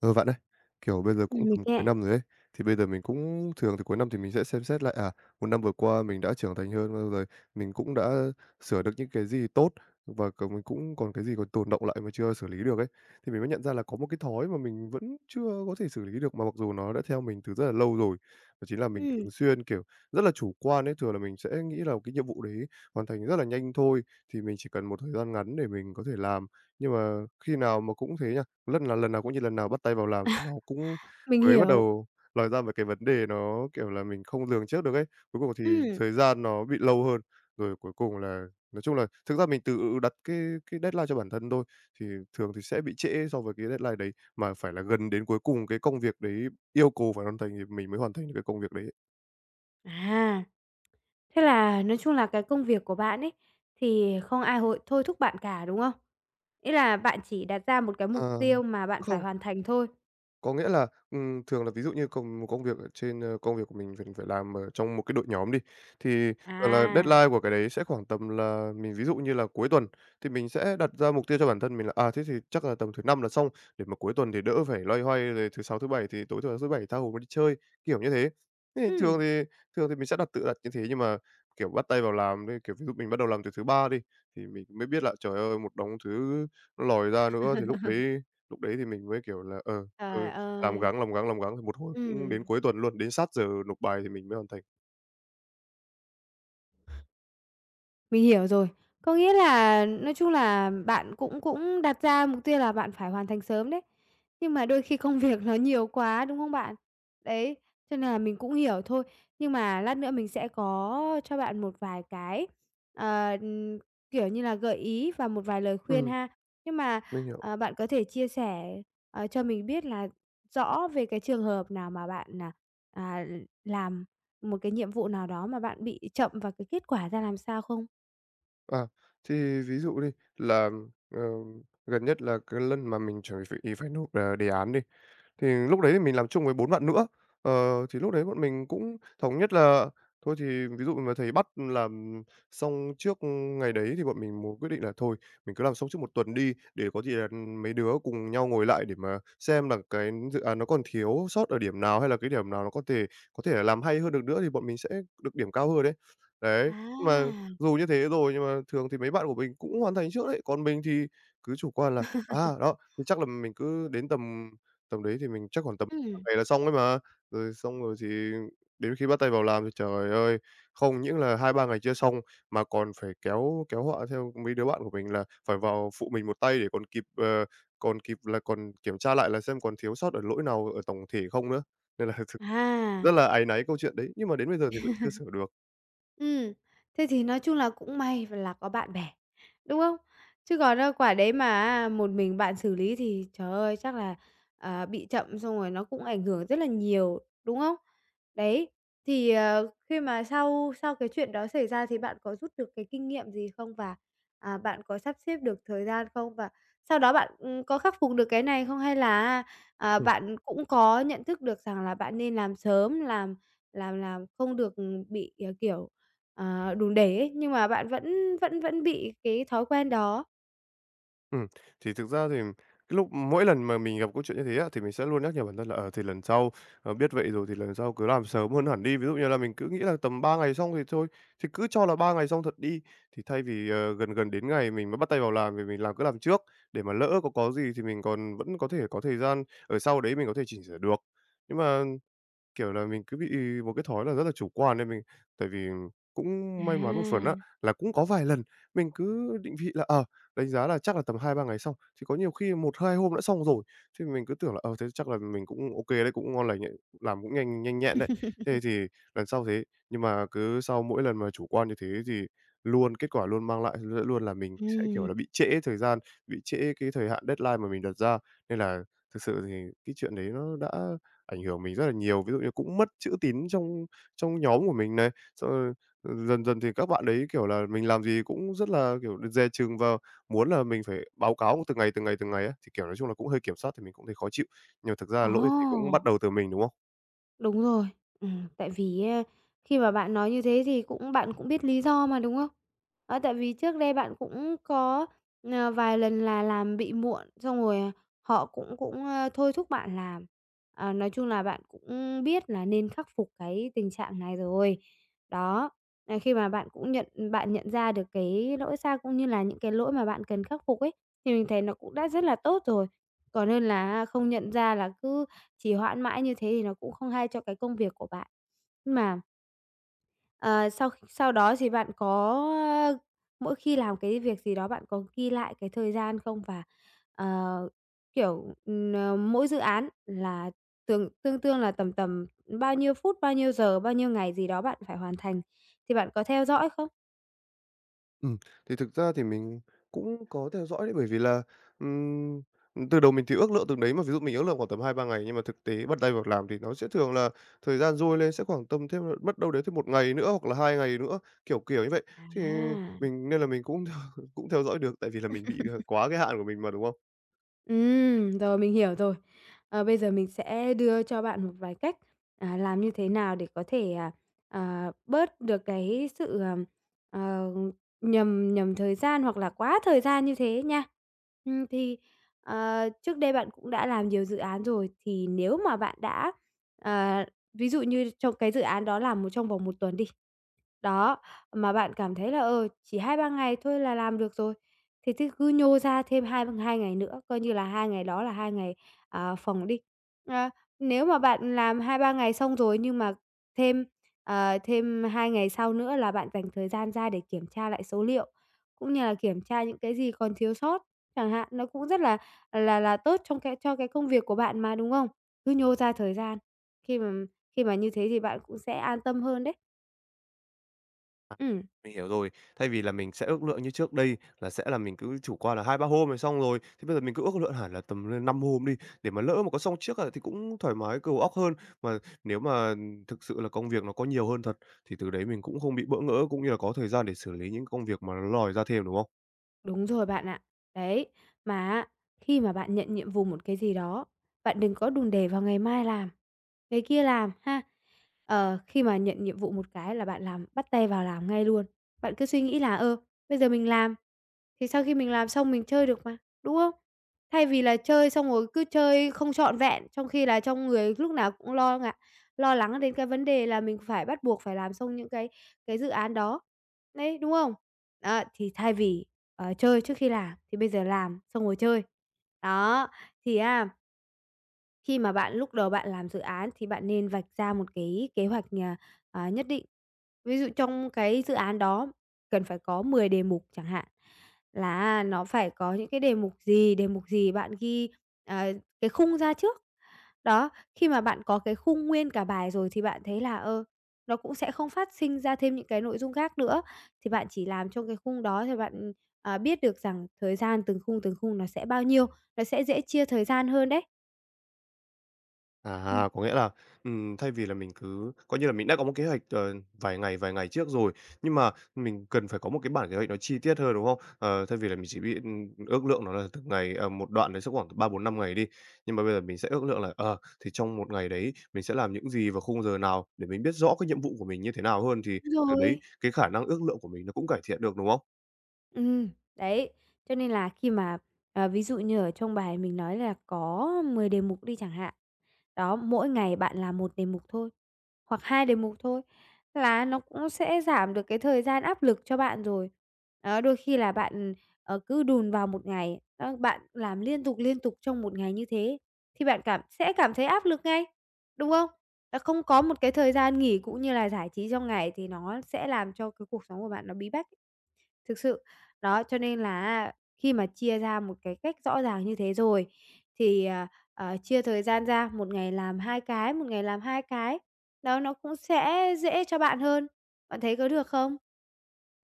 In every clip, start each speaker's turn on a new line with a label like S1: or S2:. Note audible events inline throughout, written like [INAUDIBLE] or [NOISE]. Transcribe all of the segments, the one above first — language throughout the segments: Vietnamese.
S1: Ờ, Bạn ơi, kiểu, bây giờ cũng
S2: Mình
S1: tầm cuối
S2: nghe.
S1: năm rồi ấy, thì bây giờ mình cũng thường thì cuối năm thì mình sẽ xem xét lại, một năm vừa qua mình đã trưởng thành hơn bao rồi, mình cũng đã sửa được những cái gì tốt và còn mình cũng còn cái gì còn tồn đọng lại mà chưa xử lý được ấy. Thì mình mới nhận ra là có một cái thói mà mình vẫn chưa có thể xử lý được, mà mặc dù nó đã theo mình từ rất là lâu rồi, đó chính là mình
S2: Ừm,
S1: thường xuyên, kiểu, rất là chủ quan ấy. Thường là mình sẽ nghĩ là cái nhiệm vụ đấy hoàn thành rất là nhanh thôi, thì mình chỉ cần một thời gian ngắn để mình có thể làm. Nhưng mà khi nào mà cũng thế nhỉ? Rất là lần nào cũng như lần nào bắt tay vào làm nó cũng
S2: Mình
S1: mới bắt
S2: hiểu.
S1: đầu lòi ra mấy cái vấn đề nó, kiểu là, mình không lường trước được ấy. Cuối cùng thì
S2: Ừm.
S1: thời gian nó bị lâu hơn, rồi cuối cùng là nói chung là thực ra mình tự đặt cái deadline cho bản thân thôi, thì thường thì sẽ bị trễ so với cái deadline đấy, mà phải là gần đến cuối cùng cái công việc đấy yêu cầu phải hoàn thành thì mình mới hoàn thành được cái công việc đấy.
S2: À, thế là nói chung là cái công việc của bạn ấy, thì không ai hội thôi thúc bạn cả, đúng không? Ý là bạn chỉ đặt ra một cái mục
S1: À,
S2: tiêu mà bạn phải
S1: không.
S2: hoàn thành thôi.
S1: Có nghĩa là, thường là ví dụ như cùng một công việc ở trên, công việc của mình phải làm ở trong một cái đội nhóm đi, thì thường là
S2: À.
S1: deadline của cái đấy sẽ khoảng tầm là mình ví dụ như là cuối tuần, thì mình sẽ đặt ra mục tiêu cho bản thân mình là, thế thì chắc là tầm thứ Năm là xong, để mà cuối tuần thì đỡ phải loay hoay, rồi thứ Sáu, thứ Bảy thì tối thứ thứ Bảy tha hồ mà đi chơi, kiểu như thế. Thế thì thường
S2: Ừm.
S1: thì thường thì mình sẽ tự đặt như thế, nhưng mà, kiểu, bắt tay vào làm đi, kiểu, ví dụ mình bắt đầu làm từ thứ Ba đi, thì mình mới biết là, trời ơi, một đống thứ nó lòi ra nữa, thì lúc đấy thì mình mới, kiểu là, ờ
S2: Trời
S1: làm
S2: ơi.
S1: gắng, làm gắng, làm gắng thì một hồi cũng đến
S2: Ừm.
S1: cuối tuần luôn, đến sát giờ nộp bài thì mình mới hoàn thành.
S2: Mình hiểu rồi. Có nghĩa là nói chung là bạn cũng cũng đặt ra mục tiêu là bạn phải hoàn thành sớm đấy. Nhưng mà đôi khi công [LAUGHS] việc nó nhiều quá, đúng không bạn? Đấy, cho nên là mình cũng hiểu thôi. Nhưng mà lát nữa mình sẽ có cho bạn một vài cái, ờ, ừm, kiểu như là gợi ý và một vài lời khuyên
S1: Ừm,
S2: ha. Nhưng mà,
S1: mình hiểu.
S2: bạn có thể chia sẻ, cho mình biết là rõ về cái trường hợp nào mà bạn, à, làm một cái nhiệm vụ nào đó mà bạn bị chậm và cái kết quả ra làm sao không?
S1: À, thì ví dụ đi là, ờ, gần nhất là cái lần mà mình chuẩn bị phải nộp, đề án đi. Thì lúc đấy thì mình làm chung với 4 bạn nữa, thì lúc đấy bọn mình cũng thống nhất là thôi thì ví dụ mà thầy bắt làm xong trước ngày đấy thì bọn mình muốn quyết định là thôi mình cứ làm xong trước một tuần đi, để có gì là mấy đứa cùng nhau ngồi lại để mà xem là cái dự án nó còn thiếu sót ở điểm nào, hay là cái điểm nào nó có thể là làm hay hơn được nữa thì bọn mình sẽ được điểm cao hơn đấy. Đấy, nhưng mà
S2: À.
S1: dù như thế rồi nhưng mà thường thì mấy bạn của mình cũng hoàn thành trước đấy, còn mình thì cứ chủ quan là, đó, thì chắc là mình cứ đến tầm Tầm đấy thì mình chắc khoảng tầm ba
S2: Ừm.
S1: ngày là xong ấy mà. Rồi xong rồi thì đến khi bắt tay vào làm thì trời ơi, không những là hai ba ngày chưa xong mà còn phải kéo kéo họa theo mấy đứa bạn của mình là phải vào phụ mình một tay để còn kịp, còn kịp là còn kiểm tra lại là xem còn thiếu sót ở lỗi nào ở tổng thể không nữa. Nên là [LAUGHS] thực rất
S2: À.
S1: là áy náy câu chuyện đấy, nhưng mà đến bây giờ thì vẫn chưa sửa được.
S2: Ừm, thế thì nói chung là cũng may là có bạn bè, đúng không? Chứ còn đâu quả đấy mà á một mình bạn xử lý thì, trời ơi, chắc là, bị chậm xong rồi nó cũng ảnh hưởng rất là nhiều, đúng không? Đấy, thì, khi mà sau sau cái chuyện đó xảy ra thì bạn có rút được cái kinh nghiệm gì không? Và, bạn có sắp xếp được thời gian không? Và sau đó bạn, có khắc phục được cái này không? Hay là á,
S1: Ừ.
S2: bạn cũng có nhận thức được rằng là bạn nên làm sớm, làm không được, bị, kiểu. Đủ để ấy, nhưng mà bạn vẫn vẫn vẫn bị cái thói quen đó.
S1: Ừm, thì thực ra thì cái lúc mỗi lần mà mình gặp câu chuyện như thế á, thì mình sẽ luôn nhắc nhở bản thân là, thì lần sau, biết vậy rồi thì lần sau cứ làm sớm hơn hẳn đi. Ví dụ như là mình cứ nghĩ là tầm 3 ngày xong thì thôi, thì cứ cho là 3 ngày xong thật đi. Thì thay vì, gần gần đến ngày mình mới bắt tay vào làm thì mình cứ làm trước, để mà lỡ có gì thì mình còn vẫn có thể có thời gian ở sau đấy mình có thể chỉnh sửa được. Nhưng mà kiểu là, mình cứ bị một cái thói là rất là chủ quan nên mình tại vì cũng may mắn một phần á,
S2: À.
S1: là cũng có vài lần mình cứ định vị là, đánh giá là chắc là tầm hai ba ngày xong, thì có nhiều khi một hai hôm đã xong rồi. Thì mình cứ tưởng là, thế chắc là mình cũng OK đấy, cũng ngon lành đấy, làm cũng nhanh nhanh nhẹn đấy. Thế
S2: [LAUGHS]
S1: thì lần sau thế nhưng mà cứ sau mỗi lần mà chủ quan như thế thì luôn kết quả luôn mang lại luôn là mình sẽ, kiểu
S2: Ừm.
S1: là, bị trễ thời gian, bị trễ cái thời hạn deadline mà mình đặt ra. Nên là thực sự thì cái chuyện đấy nó đã ảnh hưởng mình rất là nhiều. Ví dụ như cũng mất chữ tín trong trong nhóm của mình này, xong rồi, dần dần thì các bạn đấy, kiểu là, mình làm gì cũng rất là, kiểu, dè chừng và muốn là mình phải báo cáo từng ngày, từng ngày, từng ngày á, thì, kiểu, nói chung là cũng hơi kiểm soát thì mình cũng thấy khó chịu. Nhưng mà thực ra lỗi thì cũng bắt
S2: Ồ!
S1: đầu từ mình, đúng không?
S2: Đúng rồi. Tại vì á, khi mà bạn nói như thế thì cũng bạn cũng biết lý do mà, đúng không? Đó, tại vì trước đây bạn cũng có, vài lần là làm bị muộn, xong rồi, họ cũng cũng, thôi thúc bạn làm. À, nói chung là bạn cũng biết là nên khắc phục cái tình trạng này rồi. Đó, khi mà bạn nhận ra được cái lỗi sai cũng như là những cái lỗi mà bạn cần khắc phục ấy, thì mình thấy nó cũng đã rất là tốt rồi. Còn hơn là không nhận ra là cứ trì hoãn mãi như thế thì nó cũng không hay cho cái công việc của bạn. Nhưng mà, ờ, sau sau đó thì bạn có, ơ mỗi khi làm cái việc gì đó bạn có ghi lại cái thời gian không? Và, ờ, kiểu, mỗi dự án là tương tương tương là tầm tầm bao nhiêu phút, bao nhiêu giờ, bao nhiêu ngày gì đó bạn phải hoàn thành, thì bạn có theo dõi không?
S1: Ừm, thì thực ra thì mình cũng có theo dõi đấy, bởi vì là, ừm, từ đầu mình thì ước lượng từng đấy mà, ví dụ mình ước lượng khoảng tầm hai ba ngày, nhưng mà thực tế bắt tay vào làm thì nó sẽ thường là thời gian dôi lên sẽ khoảng tầm thêm mất đâu đấy thêm một ngày nữa hoặc là 2 ngày nữa, kiểu như vậy. Thì
S2: À.
S1: mình nên là mình cũng [LAUGHS] cũng theo dõi được, tại vì là mình bị, quá cái hạn của mình mà, đúng không?
S2: Rồi mình hiểu rồi. Bây giờ mình sẽ đưa cho bạn một vài cách, làm như thế nào để có thể, bớt được cái sự, ờ, nhầm nhầm thời gian hoặc là quá thời gian như thế nha. Thì, trước đây bạn cũng đã làm nhiều dự án rồi, thì nếu mà bạn đã, ờ, ví dụ như trong cái dự án đó làm một trong vòng một tuần đi, đó, mà bạn cảm thấy là, chỉ hai ba ngày thôi là làm được rồi, thì thế cứ nhô ra thêm hai hai ngày nữa, coi như là 2 ngày đó là 2 ngày, phòng đi. Ờ, nếu mà bạn làm hai ba ngày xong rồi nhưng mà thêm, thêm 2 ngày sau nữa là bạn dành thời gian ra để kiểm tra lại số liệu, cũng như là kiểm tra những cái gì còn thiếu sót chẳng hạn, nó cũng rất là tốt trong cái cho cái công việc của bạn mà, đúng không? Cứ nhô ra thời gian, khi mà khi mà như thế thì bạn cũng sẽ an tâm hơn đấy.
S1: À,
S2: Ừ.
S1: mình hiểu rồi. Thay vì là mình sẽ ước lượng như trước đây là sẽ là mình cứ chủ quan là hai ba hôm rồi xong rồi, thì bây giờ mình cứ ước lượng hẳn là tầm lên 5 hôm đi, để mà lỡ mà có xong trước, thì cũng thoải mái đầu óc hơn. Mà nếu mà thực sự là công việc nó có nhiều hơn thật, thì từ đấy mình cũng không bị bỡ ngỡ, cũng như là có thời gian để xử lý những công việc mà nó lòi ra thêm, đúng không?
S2: Đúng rồi bạn ạ. Đấy, mà á, khi mà bạn nhận nhiệm vụ một cái gì đó, bạn đừng có đùn đẩy vào ngày mai làm, ngày kia làm ha. Khi mà nhận nhiệm vụ một cái là bạn bắt tay vào làm ngay luôn. Bạn cứ suy nghĩ là, bây giờ mình làm, thì sau khi mình làm xong mình chơi được mà, đúng không? Thay vì là chơi xong rồi cứ chơi không trọn vẹn, trong khi là trong người lúc nào cũng lo ngại lo lắng đến cái vấn đề là mình phải bắt buộc phải làm xong những cái dự án đó. Đấy, đúng không? Đó, thì thay vì, chơi trước khi làm thì bây giờ làm xong rồi chơi. Đó, thì á, khi mà bạn lúc đầu bạn làm dự án thì bạn nên vạch ra một cái kế hoạch, nhất định. Ví dụ trong cái dự án đó cần phải có 10 đề mục chẳng hạn, là nó phải có những cái đề mục gì bạn ghi, ờ, cái khung ra trước. Đó, khi mà bạn có cái khung nguyên cả bài rồi thì bạn thấy là, nó cũng sẽ không phát sinh ra thêm những cái nội dung khác nữa, thì bạn chỉ làm trong cái khung đó thì bạn, biết được rằng thời gian từng khung nó sẽ bao nhiêu, nó sẽ dễ chia thời gian hơn đấy. Ừm.
S1: À, có nghĩa là, thay vì là mình cứ coi như là mình đã có một kế hoạch, vài ngày trước rồi, nhưng mà mình cần phải có một cái bản kế hoạch nó chi tiết hơn, đúng không? Ờ, Thay vì là mình chỉ biết, ước lượng nó là từng ngày, một đoạn đấy sẽ khoảng 3 4 5 ngày đi, nhưng mà bây giờ mình sẽ ước lượng là, thì trong một ngày đấy mình sẽ làm những gì vào khung giờ nào để mình biết rõ cái nhiệm vụ của mình như thế nào hơn, thì
S2: Đúng
S1: từ đấy
S2: rồi.
S1: cái khả năng ước lượng của mình nó cũng cải thiện được, đúng không?
S2: Ừm, đấy, cho nên là khi mà, ví dụ như ở trong bài mình nói là có 10 đề mục đi chẳng hạn, đó, mỗi ngày bạn làm một đề mục thôi. Hoặc 2 đề mục thôi là nó cũng sẽ giảm được cái thời gian áp lực cho bạn rồi. Đó, đôi khi là bạn, cứ đùn vào một ngày, đó, bạn làm liên tục trong một ngày như thế thì bạn sẽ cảm thấy áp lực ngay, đúng không? Là không có một cái thời gian nghỉ cũng như là giải trí trong ngày thì nó sẽ làm cho cái cuộc sống của bạn nó bí bách ấy. Thực sự. Đó, cho nên là khi mà chia ra một cái cách rõ ràng như thế rồi thì, chia thời gian ra, một ngày làm 2 cái, một ngày làm 2 cái, đó, nó cũng sẽ dễ cho bạn hơn. Bạn thấy có được không?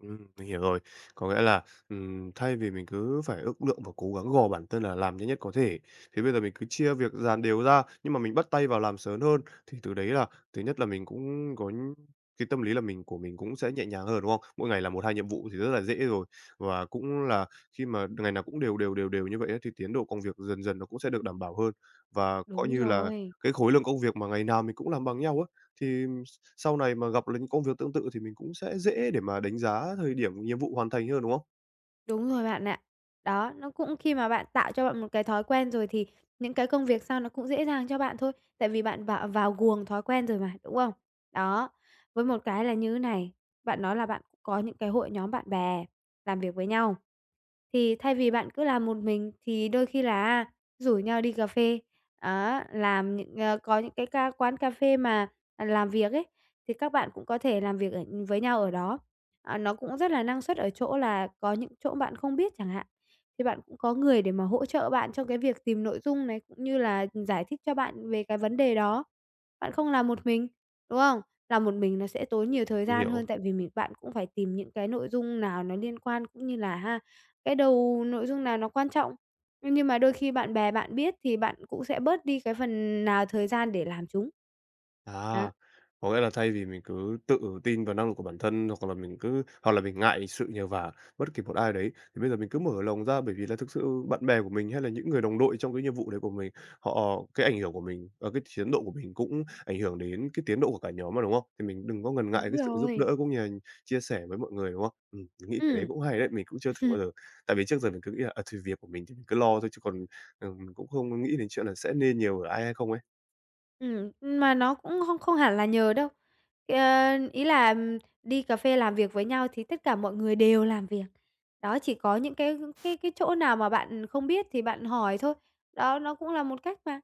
S1: Mình hiểu rồi. Có nghĩa là, thay vì mình cứ phải ước lượng và cố gắng gò bản thân là làm nhanh nhất có thể, thì bây giờ mình cứ chia việc dàn đều ra, nhưng mà mình bắt tay vào làm sớm hơn. Thì từ đấy là thứ nhất là mình cũng có cái tâm lý là của mình cũng sẽ nhẹ nhàng hơn, đúng không? Mỗi ngày là một 2 nhiệm vụ thì rất là dễ rồi, và cũng là khi mà ngày nào cũng đều đều, đều đều như vậy á, thì tiến độ công việc dần dần nó cũng sẽ được đảm bảo hơn. Và coi
S2: Đúng
S1: như là
S2: rồi.
S1: cái khối lượng công việc mà ngày nào mình cũng làm bằng nhau á, thì sau này mà gặp là những công việc tương tự thì mình cũng sẽ dễ để mà đánh giá thời điểm nhiệm vụ hoàn thành hơn, đúng không?
S2: Đúng rồi bạn ạ. Đó, nó cũng khi mà bạn tạo cho bạn một cái thói quen rồi thì những cái công việc sau nó cũng dễ dàng cho bạn thôi, tại vì bạn vào vào guồng thói quen rồi mà, đúng không? Đó, với một cái là như thế này, bạn nói là bạn cũng có những cái hội nhóm bạn bè làm việc với nhau, thì thay vì bạn cứ làm một mình thì đôi khi là rủ nhau đi cà phê, á, làm những, ờ, có những cái ca quán cà phê mà, làm việc ấy, thì các bạn cũng có thể làm việc ở với nhau ở đó. À, nó cũng rất là năng suất ở chỗ là có những chỗ bạn không biết chẳng hạn, thì bạn cũng có người để mà hỗ trợ bạn trong cái việc tìm nội dung này, cũng như là giải thích cho bạn về cái vấn đề đó. Bạn không làm một mình, đúng không? Làm một mình nó sẽ tốn nhiều thời
S1: Mình
S2: gian
S1: hiểu.
S2: hơn tại vì bạn cũng phải tìm những cái nội dung nào nó liên quan, cũng như là ha, cái đầu nội dung nào nó quan trọng. Nhưng mà đôi khi bạn bè bạn biết thì bạn cũng sẽ bớt đi cái phần nào thời gian để làm chúng.
S1: À,
S2: Đó.
S1: có nghĩa là thay vì mình cứ tự tin vào năng lực của bản thân hoặc là mình cứ hoặc là mình ngại sự nhờ vả bất kỳ một ai đấy, thì bây giờ mình cứ mở lòng ra, bởi vì là thực sự bạn bè của mình hay là những người đồng đội trong cái nhiệm vụ đấy của mình, họ cái ảnh hưởng của mình, cái tiến độ của mình cũng ảnh hưởng đến cái tiến độ của cả nhóm mà, đúng không? Thì mình đừng có ngần ngại
S2: Đúng
S1: cái sự giúp đỡ
S2: rồi.
S1: cũng như là chia sẻ với mọi người, đúng không? Mình nghĩ cái đấy
S2: Ừm.
S1: cũng hay đấy, mình cũng chưa thử bao
S2: [LAUGHS]
S1: giờ. Tại vì trước giờ mình cứ nghĩ là, thì việc của mình thì mình cứ lo thôi chứ còn, mình cũng không nghĩ đến chuyện là sẽ nên nhờ ở ai hay không ấy.
S2: Mà nó cũng không không hẳn là nhờ đâu. Ờ, ý là, đi cà phê làm việc với nhau thì tất cả mọi người đều làm việc. Đó, chỉ có những cái chỗ nào mà bạn không biết thì bạn hỏi thôi. Đó, nó cũng là một cách mà.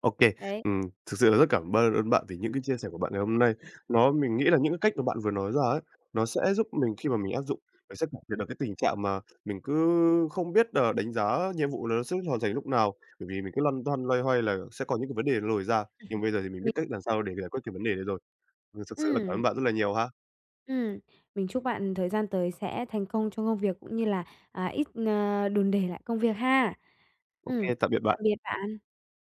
S1: OK.
S2: Đấy,
S1: Ừm, Thực sự là rất cảm ba ơn bạn vì những cái chia sẻ của bạn ngày hôm nay. Nó mình nghĩ là những cái cách mà bạn vừa nói ra ấy, nó sẽ giúp mình khi mà mình áp dụng, mình sẽ cải thiện được cái tình trạng mà mình cứ không biết là đánh giá nhiệm vụ là nó sẽ hoàn thành lúc nào, bởi vì mình cứ lăn tăn loay hoay là sẽ có những cái vấn đề nó lồi ra. Nhưng bây giờ thì mình biết
S2: mình
S1: cách làm sao để giải quyết cái vấn đề đấy rồi. Thực sự là cảm ơn
S2: ừm,
S1: bạn rất là nhiều ha.
S2: ừm, mình chúc bạn thời gian tới sẽ thành công trong công việc cũng như là, ít, đùn đẩy lại công việc ha.
S1: OK,
S2: Ừm,
S1: tạm biệt
S2: tạm
S1: bạn.
S2: biệt bạn.